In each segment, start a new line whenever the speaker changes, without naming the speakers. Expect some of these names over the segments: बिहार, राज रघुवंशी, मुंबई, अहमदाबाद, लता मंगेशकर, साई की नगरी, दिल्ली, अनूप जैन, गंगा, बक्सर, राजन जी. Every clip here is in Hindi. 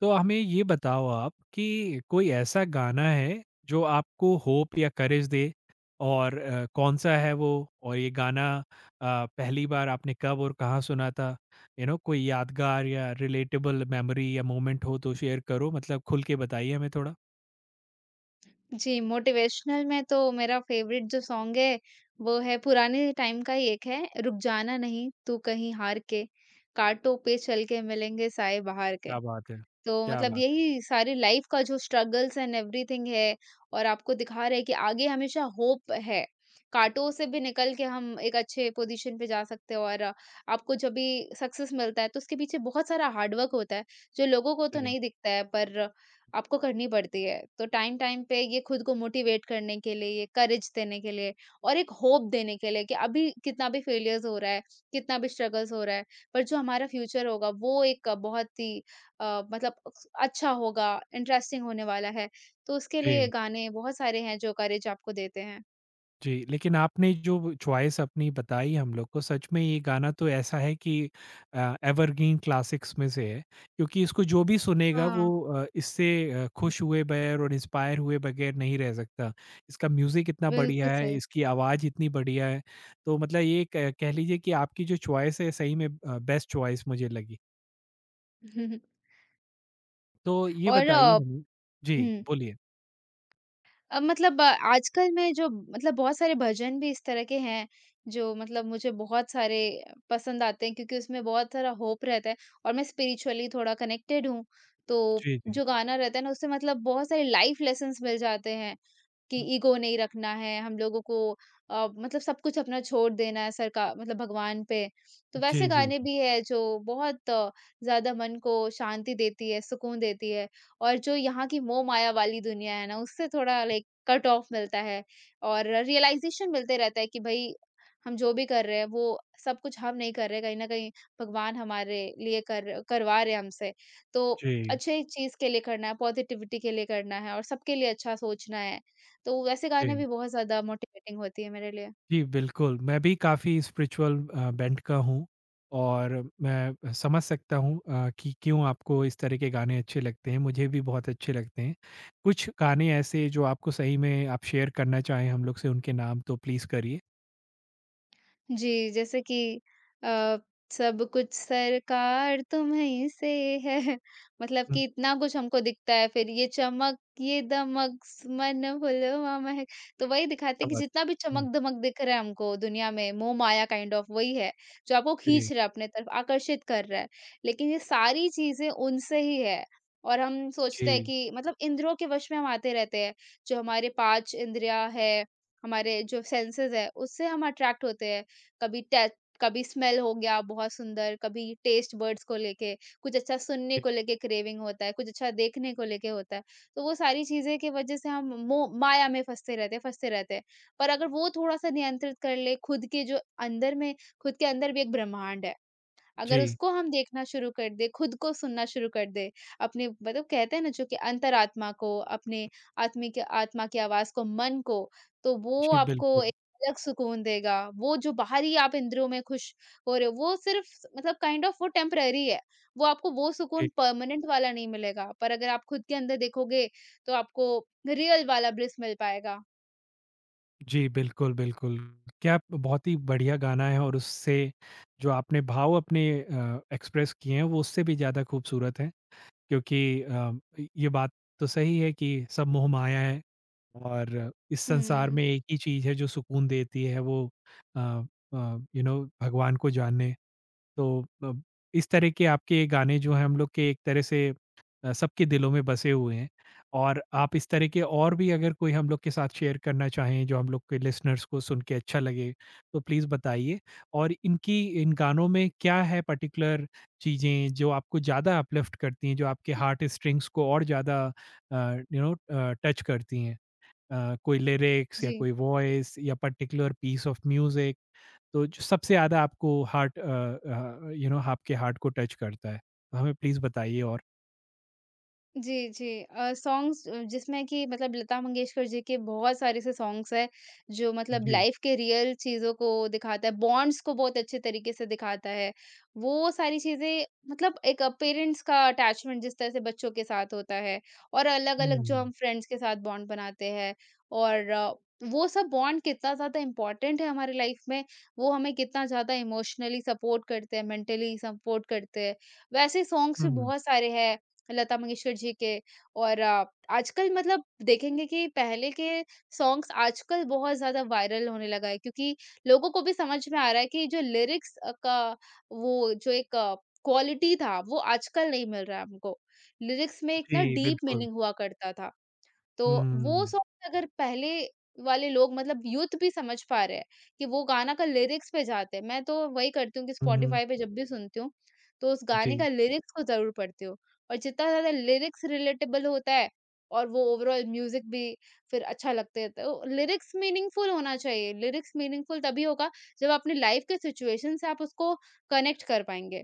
तो हमें ये बताओ आप कि कोई ऐसा गाना है जो आपको होप या करेज दे और कौन सा है वो। और ये गाना पहली बार आपने कब और कहाँ सुना था। यू नो कोई यादगार या रिलेटेबल मेमोरी या मोमेंट हो तो शेयर करो, मतलब खुल के बताइए हमें थोड़ा।
जी, मोटिवेशनल में तो मेरा फ़ेवरेट जो सॉन्ग है, वो है पुराने टाइम का ही एक है, रुक जाना नहीं तू कहीं हार के, काँटों पे चल के मिलेंगे साए बहार के।
क्या बात है।
तो
क्या
मतलब
बात
यही सारी लाइफ का जो स्ट्रगल्स एंड एवरीथिंग है और आपको दिखा रहे हैं कि आगे हमेशा होप है। काँटों से भी निकल के हम एक अच्छे पोज़ीशन पे जा सकते हैं और आपको जब भी सक्सेस मिलता है तो उसके पीछे बहुत सारा हार्ड वर्क होता है, जो लोगों को तो
है।
नहीं दिखता है पर आपको करनी पड़ती है। तो टाइम-टाइम पे ये खुद को मोटिवेट करने के लिए, ये करेज देने के लिए और एक होप देने के लिए कि अभी कितना भी फेलियर्स हो रहा है, कितना भी स्ट्रगल्स हो रहा है, पर जो हमारा फ्यूचर होगा वो एक बहुत ही मतलब अच्छा होगा, इंटरेस्टिंग होने वाला है। तो उसके लिए
जी।
गाने बहुत सारे हैं जो करेज आपको देते हैं।
जी, लेकिन आपने जो चॉइस अपनी बताई हम लोग को, सच में ये गाना तो ऐसा है कि एवरग्रीन क्लासिक्स में से है, क्योंकि इसको जो भी सुनेगा वो
हाँ,
इससे खुश हुए बगैर और इंस्पायर हुए बगैर नहीं रह सकता। इसका म्यूज़िक इतना बढ़िया
बिल्कुल
है,
सही।
इसकी आवाज़ इतनी बढ़िया है, तो मतलब ये क कह लीजिए कि आपकी जो चॉइस है सही में बेस्ट चॉइस मुझे लगी।
हम्म,
तो ये बताइए
और
हमें। जी,
हुँ,
बोलिए।
मतलब आजकल में जो मतलब बहुत सारे भजन भी इस तरह के हैं जो मतलब मुझे बहुत सारे पसंद आते हैं क्योंकि उसमें बहुत सारा होप रहता है और मैं स्पिरिचुअली थोड़ा कनेक्टेड हूँ। तो
जी, जी।
जो गाना रहता है ना उससे मतलब बहुत सारे लाइफ लेसन्स मिल जाते हैं कि
हुँ।
ईगो नहीं रखना है, हम लोगों को मतलब सब कुछ अपना छोड़ देना है सरका मतलब भगवान पे। तो
जी,
वैसे
जी।
गाने भी है जो बहुत ज़्यादा मन को शांति देती है, सुकून देती है और जो यहाँ की मोह-माया वाली दुनिया है ना, उससे थोड़ा लाइक कट ऑफ मिलता है और रियलाइज़ेशन मिलते रहता है कि भई हम जो भी कर रहे हैं, वो सब कुछ हम नहीं कर रहे, कहीं न कहीं भगवान हमारे लिए कर करवा रहे हैं हमसे। तो
जी,
अच्छे चीज़ के लिए करना है, पॉजिटिविटी के लिए करना है और सबके लिए अच्छा सोचना है। तो वैसे गाने
जी।
भी बहुत ज़्यादा मोटिवेटिंग होती है मेरे लिए।
जी, बिल्कुल। मैं भी काफ़ी स्पिरिचुअल बेंट का हूँ और मैं समझ सकता हूँ कि क्यों आपको इस तरह के गाने अच्छे लगते हैं, मुझे भी बहुत अच्छे लगते हैं। कुछ गाने ऐसे जो आपको सही में आप शेयर करना चाहें हम लोग से, उनके नाम तो प्लीज़ करिए।
जी, जैसे कि अ, सब कुछ सरकार तुम्हीं से है मतलब
हुँ।
कि इतना कुछ हमको दिखता है, फिर ये चमक, ये दमक, स मन हुलवा महक तो वही दिखाते
क्या
हैं कि
बात
जितना भी
है। हुँ।
चमक-दमक दिख रहा है हमको दुनिया में, मोह-माया काइंड ऑफ वही है, जो आपको
जी।
खींच रहा है अपने तरफ, आकर्षित कर रहा है। लेकिन ये सारी चीज़ें उनसे ही है और हम सोचते हैं
जी,
कि मतलब इंद्रियों के वश में हम आते रहते हैं, जो हमारे 5 इंद्रियाँ है, हमारे जो सेंसेस है, उससे हम अट्रैक्ट होते हैं। कभी टे कभी स्मेल हो गया बहुत सुंदर, कभी टेस्ट बड्स को लेके, कुछ अच्छा सुनने
जी।
को लेके क्रेविंग होता है, कुछ अच्छा देखने को लेके होता है। तो वो सारी चीज़ें की वजह से हम मोह माया में फँसते रहते हैं फँसते रहते हैं। पर अगर वो थोड़ा-सा नियंत्रित कर ले खुद के जो अंदर में खुद के अंदर भी एक ब्रह्मांड है। अगर
जी,
उसको हम देखना शुरू कर दें, खुद को सुनना शुरू कर दें, अपने मतलब कहते हैं ना जो कि अंतरात्मा को, अपने आत्मिक आत्मा की आवाज़ को, मन को, तो वो
जी,
आपको
बिल्कुल।
एक अलग सुकून देगा। वो जो बाहरी आप इंद्रियों में खुश हो रहे हो, वो सिर्फ़ मतलब काइंड ऑफ़ वो टेम्परेरी है। वो आपको वो सुकून
जी,
परमानेंट वाला नहीं मिलेगा, पर अगर आप खुद के अंदर देखोगे, तो आपको रियल वाला ब्लिस मिल पाएगा।
जी, बिल्कुल, बिल्कुल। क्या बहुत ही बढ़िया गाना है और उससे जो आपने भाव अपने एक्सप्रेस किए हैं, वो उससे भी ज़्यादा खूबसूरत हैं। क्योंकि ये बात तो सही है कि सब मोहमाया है और इस संसार
हुँ।
में एक ही चीज़ है जो सुकून देती है वो अ यू नो भगवान को जानने, तो इस तरह के आपके गाने जो हैं हम लोग के एक तरह से सबके दिलों में बसे हुए हैं और आप इस तरह के और भी अगर कोई हम लोग के साथ शेयर करना चाहें जो हम लोग के लिसनर्स को सुन के अच्छा लगे तो प्लीज़ बताइए। और इनकी इन गानों में क्या है पर्टिकुलर चीज़ें जो आपको ज़्यादा अपलिफ्ट करती हैं, जो आपके हार्ट स्ट्रिंग्स को और ज़्यादा यू नो टच करती हैं, कोई लिरिक्स या
जी।
कोई वॉइस या पर्टिकुलर पीस ऑफ म्यूज़िक, तो जो सबसे ज़्यादा आपको यू नो आपके हार्ट को टच करता है? हमें प्लीज़ बताइए। और
जी, जी। सॉन्ग्स जिसमें कि मतलब लता मंगेशकर जी के बहुत सारे ऐसे सॉन्ग्स हैं, जो मतलब
जी।
लाइफ़ के रियल चीज़ों को दिखाता है, बॉन्ड्स को बहुत अच्छे तरीके से दिखाता है। वो सारी चीज़ें मतलब एक पेरेंट्स का अटैचमेंट जिस तरह से बच्चों के साथ होता है और अलग-अलग जो
हुँ।
हम फ्रेंड्स के साथ बॉन्ड बनाते हैं और वो सब बॉन्ड कितना ज़्यादा इम्पोर्टेंट है हमारी लाइफ़ में, वो हमें कितना ज़्यादा इमोशनली सपोर्ट करते हैं, मेंटली सपोर्ट करते हैं। वैसे सॉन्ग्स भी
हुँ।
बहुत सारे हैं लता मंगेशकर जी के और आजकल मतलब देखेंगे कि पहले के सॉन्ग्स आजकल बहुत ज़्यादा वायरल होने लगा है क्योंकि लोगों को भी समझ में आ रहा है कि जो लिरिक्स का वो जो एक क्वालिटी था वो आजकल नहीं मिल रहा है हमको। लिरिक्स में एक ना
जी,
डीप
बिल्कुल।
मीनिंग हुआ करता था। तो वो
हुँ।
सॉन्ग अगर पहले वाले लोग मतलब यूथ भी समझ पा रहे हैं कि वो गाना का लिरिक्स पे जाते हैं। मैं तो वही करती हूँ कि
हुँ।
स्पॉटिफ़ाई पे जब भी सुनती हूँ, तो उस गाने
जी,
का लिरिक्स को ज़रूर पढ़ती हूँ और जितना ज़्यादा लिरिक्स रिलेटेबल होता है और वो ओवरऑल म्यूज़िक भी फिर अच्छा लगता है। तो लिरिक्स मीनिंगफुल होना चाहिए, लिरिक्स मीनिंगफुल तभी होगा जब अपनी लाइफ़ के सिचुएशन से आप उसको कनेक्ट कर पाएँगे।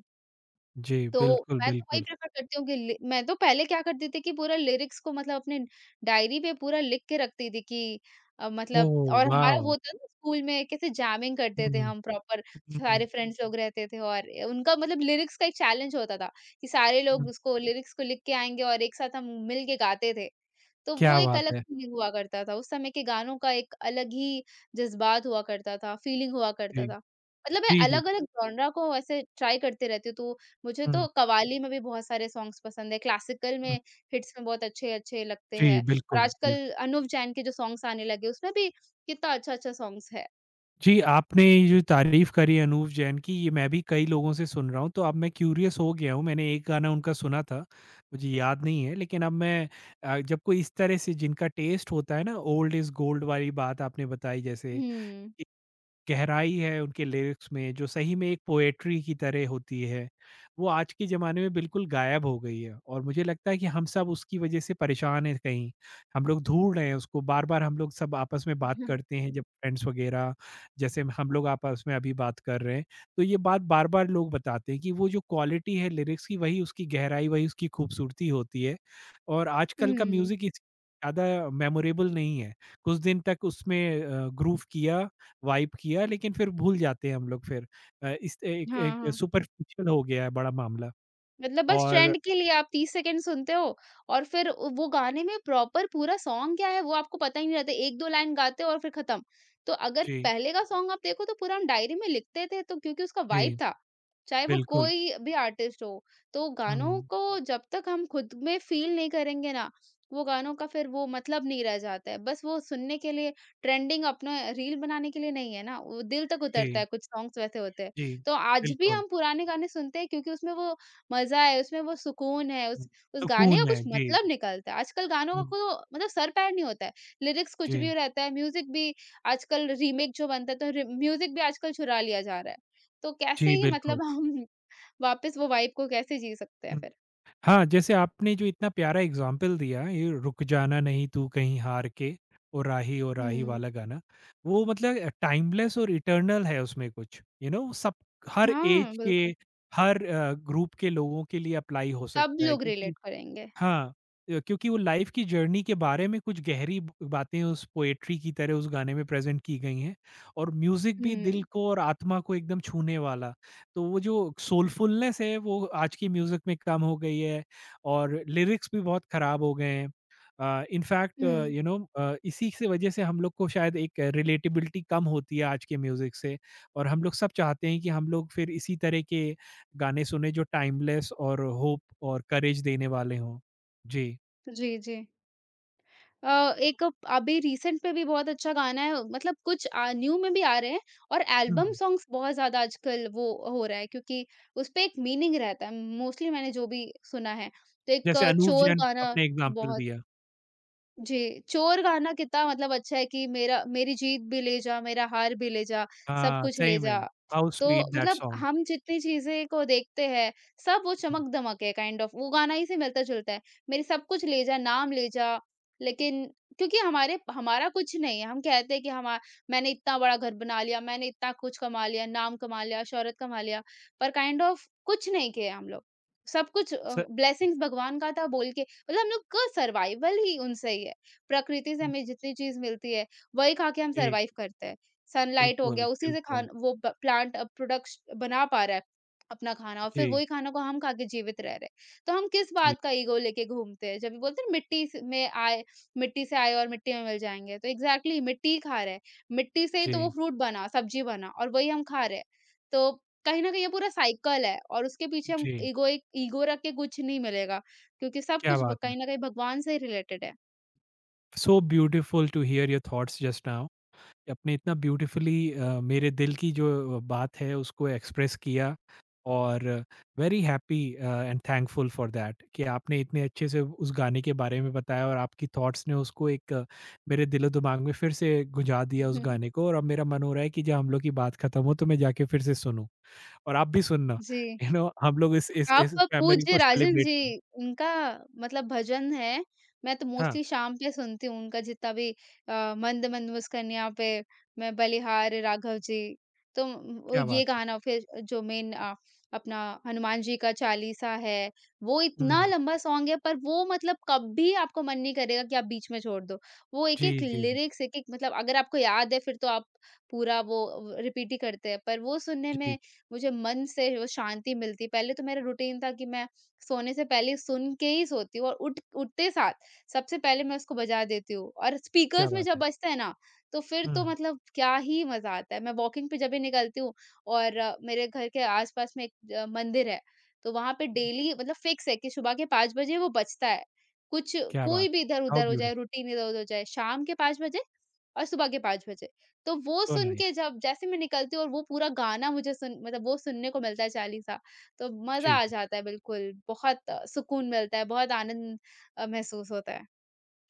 जी,
तो
बिल्कुल,
मैं तो वही
बिल्कुल।
प्रेफ़र करती हूँ कि लि मैं तो पहले क्या करती थी कि पूरा लिरिक्स को मतलब अपने डायरी पे पूरा लिख के रखती थी कि मतलब
ओह,
और हमारा
वॉव!
वो होता ना स्कूल में कैसे जैमिंग करते थे
हुँ।
हम प्रॉपर
हुँ।
सारे फ्रेंड्स लोग रहते थे और उनका मतलब लिरिक्स का एक चैलेंज होता था कि सारे लोग
हुँ।
उसको लिरिक्स को लिख के आएँगे और एक साथ हम मिल के गाते थे। तो वो
क्या
एक
बात
अलग
है!
फीलिंग हुआ करता था। उस समय के गानों का एक अलग ही जज़्बात हुआ करता था, फीलिंग हुआ
जी,
करता था। मतलब मैं
जी, जी।
अलग-अलग जॉनरा को ऐसे ट्राई करते रहती हूँ, तो मुझे
हुँ।
तो कव्वाली में भी बहुत सारे सॉन्ग्स पसंद है, क्लासिकल में
हुँ।
हिट्स में बहुत अच्छे-अच्छे लगते
जी,
हैं और
बिल्कुल, बिल्कुल।
आजकल अनूप जैन के जो सॉन्ग्स आने लगे, उसमें भी कितना अच्छा-अच्छा सॉन्ग्स है।
जी, आपने ये जो तारीफ़ करी अनूप जैन की, ये मैं भी कई लोगों से सुन रहा हूँ, तो अब मैं क्यूरियस हो गया हूँ। मैंने एक गाना उनका सुना था, मुझे याद नहीं है, लेकिन अब मैं जब कोई इस तरह से जिनका टेस्ट होता है ना, ओल्ड इज़ गोल्ड वाली बात आपने बताई, जैसे कि
हुँ।
गहराई है उनके लिरिक्स में, जो सही में एक पोएट्री की तरह होती है, वो आज के ज़माने में बिल्कुल गायब हो गई है और मुझे लगता है कि हम सब उसकी वज़ह से परेशान हैं कहीं। हम लोग ढूँढ रहे हैं उसको, बार-बार हम लोग सब आपस में बात करते हैं जब फ्रेंड्स वग़ैरह, जैसे हम लोग आपस में अभी बात कर रहे हैं, तो ये बात बार-बार लोग बताते हैं कि वो जो क्वालिटी है लिरिक्स की, वही उसकी गहराई, वही उसकी खूबसूरती होती है और आजकल का
हुँ।
म्यूज़िक इस ज़्यादा मेमोरेबल नहीं है। कुछ दिन तक उसमें ग्रूव किया, वाइब किया, लेकिन फिर भूल जाते हैं हम लोग। फिर इस एक
हाँ,
एक
हाँ।
सुपरफिशियल हो गया है बड़ा मामला
मतलब बस
और
ट्रेंड के लिए आप 30 सेकंड सुनते हो और फिर वो गाने में प्रॉपर पूरा सॉन्ग क्या है वो आपको पता ही नहीं रहता 1-2 लाइन गाते हो और फिर खत्म। तो अगर
जी,
पहले का सॉन्ग आप देखो तो पूरा हम डायरी में लिखते थे तो क्योंकि उसका
जी,
वाइब था, चाहे वो
बिल्कुल।
कोई भी आर्टिस्ट हो। तो गानों
हुँ।
को जब तक हम खुद में फील नहीं करेंगे ना, वो गानों का फिर वो मतलब नहीं रह जाता है। बस वो सुनने के लिए ट्रेंडिंग अपना रील बनाने के लिए नहीं है ना, वो दिल तक उतरता
जी,
है कुछ सॉन्ग्स वैसे होते हैं।
जी,
तो आज भी
बिल्कुल।
हम पुराने गाने सुनते हैं क्योंकि उसमें वो मज़ा है, उसमें वो सुकून है,
हुँ,
उस गाने का
सुकून है।
कुछ
जी।
मतलब निकलता है। आजकल गानों का
हुँ।
को मतलब सर-पैर नहीं होता है। लिरिक्स कुछ
जी,
भी रहता है, म्यूज़िक भी आजकल रीमेक जो बनता है, तो रि म्यूज़िक भी आजकल चुरा लिया जा रहा है। तो कैसे
जी,
ही
बिल्कुल।
मतलब हम वापस वो वाइब को कैसे जी सकते हैं
हुँ।
फिर?
हाँ, जैसे आपने जो इतना प्यारा एग्ज़ाम्पल दिया, ये रुक जाना नहीं तू कहीं हार के, ओ राही
हुँ।
वाला गाना, वो मतलब टाइमलेस और इटर्नल है, उसमें कुछ, यू नो, सब, हर
हाँ,
ऐज के,
बिल्कुल।
हर ग्रुप के लोगों के लिए अप्लाई हो
सब
सकता है
लोग
क्योंकि
रिलेट करेंगे।
हाँ, क्योंकि वो लाइफ की जर्नी के बारे में कुछ गहरी ब बातें उस पोएट्री की तरह उस गाने में प्रेज़ेंट की गई हैं और म्यूज़िक भी दिल
हुँ।
को और आत्मा को एकदम छूने वाला। तो वो जो सोलफुलनेस है वो आज की म्यूज़िक में कम हो गई है और लिरिक्स भी बहुत ख़राब हो गए हैं। इन फैक्ट
हुँ।
यू नो इसी से वजह से हम लोग को शायद एक रिलेटेबिलिटी कम होती है आज के म्यूज़िक से और हम लोग सब चाहते हैं कि हम लोग फिर इसी तरह के गाने सुनें जो टाइमलेस और होप और करेज देने वाले हों। जी।
जी, जी। एक अभी रिसेंट में भी बहुत अच्छा गाना है मतलब कुछ न्यू में भी आ रहे हैं और एल्बम
हुँ।
सॉन्ग्स बहुत ज़्यादा आजकल वो हो रहा है क्योंकि उसपे एक मीनिंग रहता है। मोस्टली मैंने जो भी सुना है। तो एक
जैसे अनूप
चोर
जैन,
गाना
आपने एग्ज़ाम्पल
बहुत
दिया।
जी, चोर गाना कितना मतलब अच्छा है कि मेरा मेरी जीत भी ले जा, मेरा हार भी ले जा, सब
हाँ,
कुछ
सही
ले
में,
जा।
हाउ
तो
स्वीट दैट
मतलब
सॉन्ग।
हम जितनी चीज़ें को देखते हैं, सब वो
हुँ,
चमक-धमक है काइंड ऑफ़ वो गाना ही से मिलता-जुलता है। मेरी सब कुछ ले जा, नाम ले जा, लेकिन क्योंकि हमारे हमारा कुछ नहीं है। हम कहते हैं कि हमा मैंने इतना बड़ा घर बना लिया, मैंने इतना कुछ कमा लिया, नाम कमा लिया, शोहरत कमा लिया, पर काइंड ऑफ़ कुछ नहीं किया हम लोग। सब कुछ
स
ब्लेसिंग्स भगवान का था बोल के मतलब हम लोग का सर्वाइवल ही उनसे ही है। प्रकृति से हमें जितनी चीज़ मिलती है, वही खा के हम
जी,
सर्वाइव करते हैं। सनलाइट हो
बिल्कुल,
गया, उसी से
बिल्कुल।
खान वो प प्लांट अब प्रोडक्श बना पा रहा है अपना खाना और फिर
जी,
वही खाना को हम खा के जीवित रह रहे हैं। तो हम किस
जी,
बात का ईगो लेके घूमते हैं? जब भी बोलते हैं ना, मिट्टी स में आए, मिट्टी से आए और मिट्टी में मिल जाएँगे। तो एग्ज़ैक्टली मिट्टी ही खा रहे हैं। मिट्टी से ही तो वो
जी,
फ्रूट बना, सब्ज़ी बना और वही हम खा रहे हैं। तो कहीं न कहीं ये पूरा साइकिल है और उसके पीछे हम
जी,
ईगो रख के कुछ नहीं मिलेगा। क्योंकि सब
क्या
कुछ ब
बात है।
कहीं न कहीं भगवान से ही रिलेटेड है।
So beautiful to hear your thoughts just now. आपने इतना ब्यूटीफुली मेरे दिल की जो बात है उसको एक्सप्रेस किया, और very happy and thankful for that कि आपने इतने अच्छे से उस गाने के बारे में बताया और आपकी थॉट्स ने उसको एक मेरे दिलो दिमाग में फिर से गुंजा दिया उस गाने को, और अब मेरा मन हो रहा है कि जब हम लोग की बात खत्म हो तो मैं जाके फिर से सुनूं और आप भी सुनना,
जी।
यू नो हम लोग इस इस
आप
इस मेमोरी
पूज्य
को
राजन
सेलिब्रेट करें।
जी, उनका मतलब भजन है। मैं तो
हाँ।
मोस्टली शाम पे सुनती हूँ उनका जितना भी मंद मंद मुस्कानियाँ पे मैं बलिहारी राघव जी। वो
क्या बात
ये
है।
गाना फिर जो मेन अपना हनुमान जी का चालीसा है, वो इतना
हम्म।
लंबा सॉन्ग है, पर वो मतलब कभी आपको मन नहीं करेगा कि आप बीच में छोड़ दो। वो
जी,
एक-एक
जी, जी,
लिरिक्स एक-एक मतलब अगर आपको याद है फिर तो आप पूरा वो रिपीट ही करते हैं, पर वो सुनने
जी।
में मुझे मन से वो शांति मिलती। पहले तो मेरा रूटीन था कि मैं सोने से पहले सुन के ही सोती हूँ और उठ उठते साथ सबसे पहले मैं उसको बजा देती हूँ और
क्या
स्पीकर्स में
बात
जब
है।
बजता है ना, तो फिर तो
हम्म।
मतलब क्या ही मज़ा आता है। मैं वॉकिंग पे जब भी निकलती हूँ और मेरे घर के आस-पास में एक मंदिर है, तो वहाँ पे डेली मतलब फिक्स है कि सुबह के 5 बजे वो बजता है। कुछ
क्या बात
कोई भी
है। हाउ
इधर-उधर हो जाए,
ब्यूटीफुल।
रूटीन इधर-उधर हो जाए, शाम के 5 बजे और सुबह के 5 बजे। तो वो
सो
सुन
नाइस।
के जब जैसे मैं निकलती हूँ और वो पूरा गाना मुझे सुन मतलब वो सुनने को मिलता है चालीसा, तो मज़ा
जी,
आ
जी।
जाता है बिल्कुल। बहुत सुकून मिलता है, बहुत आनंद महसूस होता है।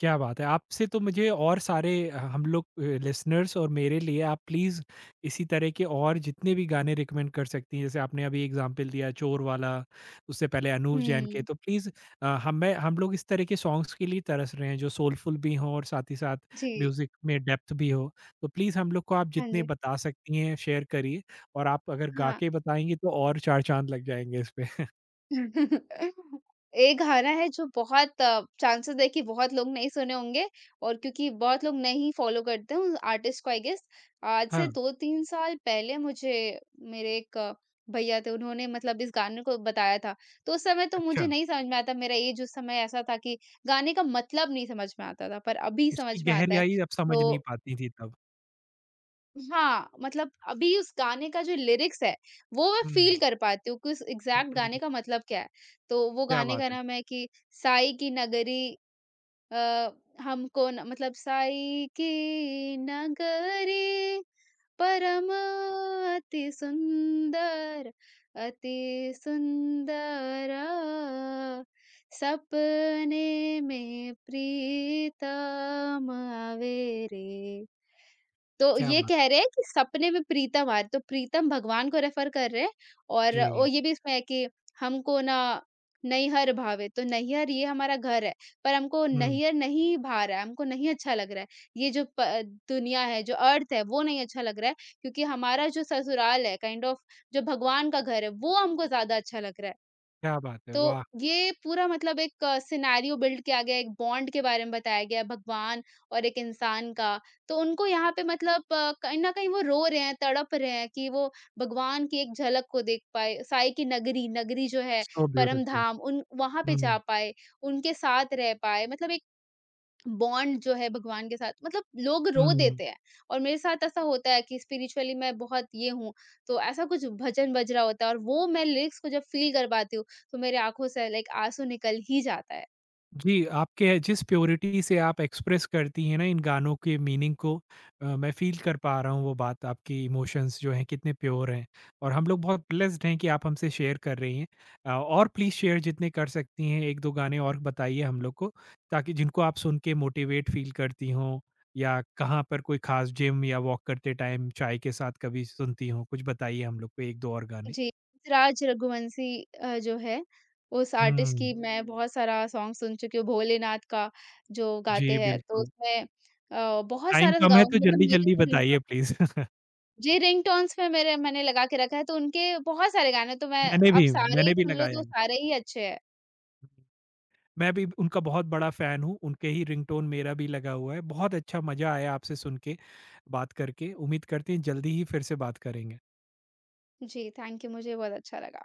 क्या बात है! आपसे तो मुझे और सारे ह हम लोग, लिसनर्स और मेरे लिए, आप प्लीज़ इसी तरह के और जितने भी गाने रिकमेंड कर सकती हैं, जैसे आपने अभी एग्ज़ाम्पल दिया चोर वाला, उससे पहले अनूप जैन के,
हुँ,
तो प्लीज़ हम लोग इस तरह के सॉन्ग्स के लिए तरस रहे हैं, जो सोलफुल भी हों और साथ ही साथ
जी।
म्यूज़िक में डेप्थ भी हो। तो प्लीज़ हम लोग को आप
हाँ
जितने
जी।
बता सकती हैं, शेयर करिए। और आप अगर गा
हाँ।
के बताएँगी तो और 4 चाँद लग जाएँगे इस पे।
एक गाना है जो बहुत चांसेस है कि बहुत लोग नहीं सुने होंगे और क्योंकि बहुत लोग नहीं फॉलो करते हैं उस आर्टिस्ट को, आई गेस। आज
हाँ,
से दो तीन साल पहले मुझे मेरे एक भैया थे, उन्होंने मतलब इस गाने को बताया था। तो उस समय तो
अच्छा,
मुझे नहीं समझ में आता, मेरा एज उस समय ऐसा था कि गाने का मतलब नहीं समझ में आता था, पर अभी
उसकी
समझ में आता है।
गहराई आप समझ
तो
नहीं पाती थी तब।
हाँ, मतलब अभी उस गाने का जो लिरिक्स है, वो मैं फ़ील
हुँ।
कर पाती हूँ कि उस एग्ज़ैक्ट गाने
हुँ।
का मतलब क्या है। तो वो
क्या
गाने का
बात है!
नाम है कि साई की नगरी। अ, हमको न मतलब साई की नगरी परम अति सुंदर, अति सुंदरा, सपने में प्रीतम आवे रे। तो
क्या
ये
बात।
कह रहे हैं कि सपने में प्रीतम आए, तो प्रीतम भगवान को रेफर कर रहे हैं। और वो
जी।
ये भी इसमें है कि हमको ना नैहर भावे, तो नैहर ये हमारा घर है, पर हमको
हुँ।
नैहर नहीं भा रहा है, हमको नहीं अच्छा लग रहा है। ये जो प दुनिया है, जो अर्थ है, वो नहीं अच्छा लग रहा है, क्योंकि हमारा जो ससुराल है, काइंड ऑफ जो भगवान का घर है, वो हमको ज़्यादा अच्छा लग रहा है।
क्या बात है!
तो
वाह!
ये पूरा मतलब एक सिनेरियो बिल्ड किया गया है, एक बॉन्ड के बारे में बताया गया है, भगवान और एक इंसान का। तो उनको यहाँ पे मतलब कहीं न कहीं वो रो रहे हैं, तड़प रहे हैं कि वो भगवान की एक झलक को देख पाएँ। साईं की नगरी, नगरी जो है
सो
परम
ब्यूटीफुल।
धाम, उन वहाँ पे जा
हुँ।
पाएँ, उनके साथ रह पाएँ। मतलब एक बॉन्ड जो है भगवान के साथ, मतलब लोग रो
हुँ।
देते हैं। और मेरे साथ ऐसा होता है कि स्पिरिचुअली मैं बहुत ये हूँ, तो ऐसा कुछ भजन बज रहा होता है और वो मैं लिरिक्स को जब फ़ील कर पाती हूँ, तो मेरे आँखों से लाइक आँसू निकल ही जाता है।
जी, आपके जिस प्योरिटी से आप एक्सप्रेस करती हैं ना इन गानों के मीनिंग को, मैं फ़ील कर पा रहा हूँ वो बात, आपकी इमोशंस जो हैं कितने प्योर हैं। और हम लोग बहुत ब्लेस्ड हैं कि आप हमसे शेयर कर रही हैं। और प्लीज़ शेयर जितने कर सकती हैं, 1-2 गाने और बताइए हम लोग को ताकि जिनको आप सुन के मोटिवेट फ़ील करती हों, या कहाँ पर कोई ख़ास जिम या वॉक करते टाइम चाय के साथ कभी सुनती हों? कुछ बताइए हम लोग को 1-2 और गाने।
जी, राज रघुवंशी जो है, उस आर्टिस्ट
हुँ।
की मैं बहुत सारा सॉन्ग सुन चुकी हूँ, भोलेनाथ का जो
जी,
गाते हैं, तो
बिल्कुल।
उसमें बहुत
टाइम
सारा स
कम है
गाऊँ
तो
मतलब मेरे
जल्दी-जल्दी
तो
बताइए
रिंगटोन।
प्लीज़।
जी, रिंगटोन्स में मेरे मैंने लगा के रखा है, तो उनके बहुत सारे गाने तो मैं,
मैंने
आप
भी
सारे ही
मैंने भी
सुन लो
लगाया।
तो
है।
सारे ही अच्छे हैं।
मैं भी उनका बहुत बड़ा फ़ैन हूँ, उनके ही रिंगटोन मेरा भी लगा हुआ है। बहुत अच्छा मज़ा आया आपसे सुन के, बात करके। उम्मीद करते हैं जल्दी ही फिर से बात करेंगे।
जी, थैंक यू, मुझे बहुत अच्छा लगा।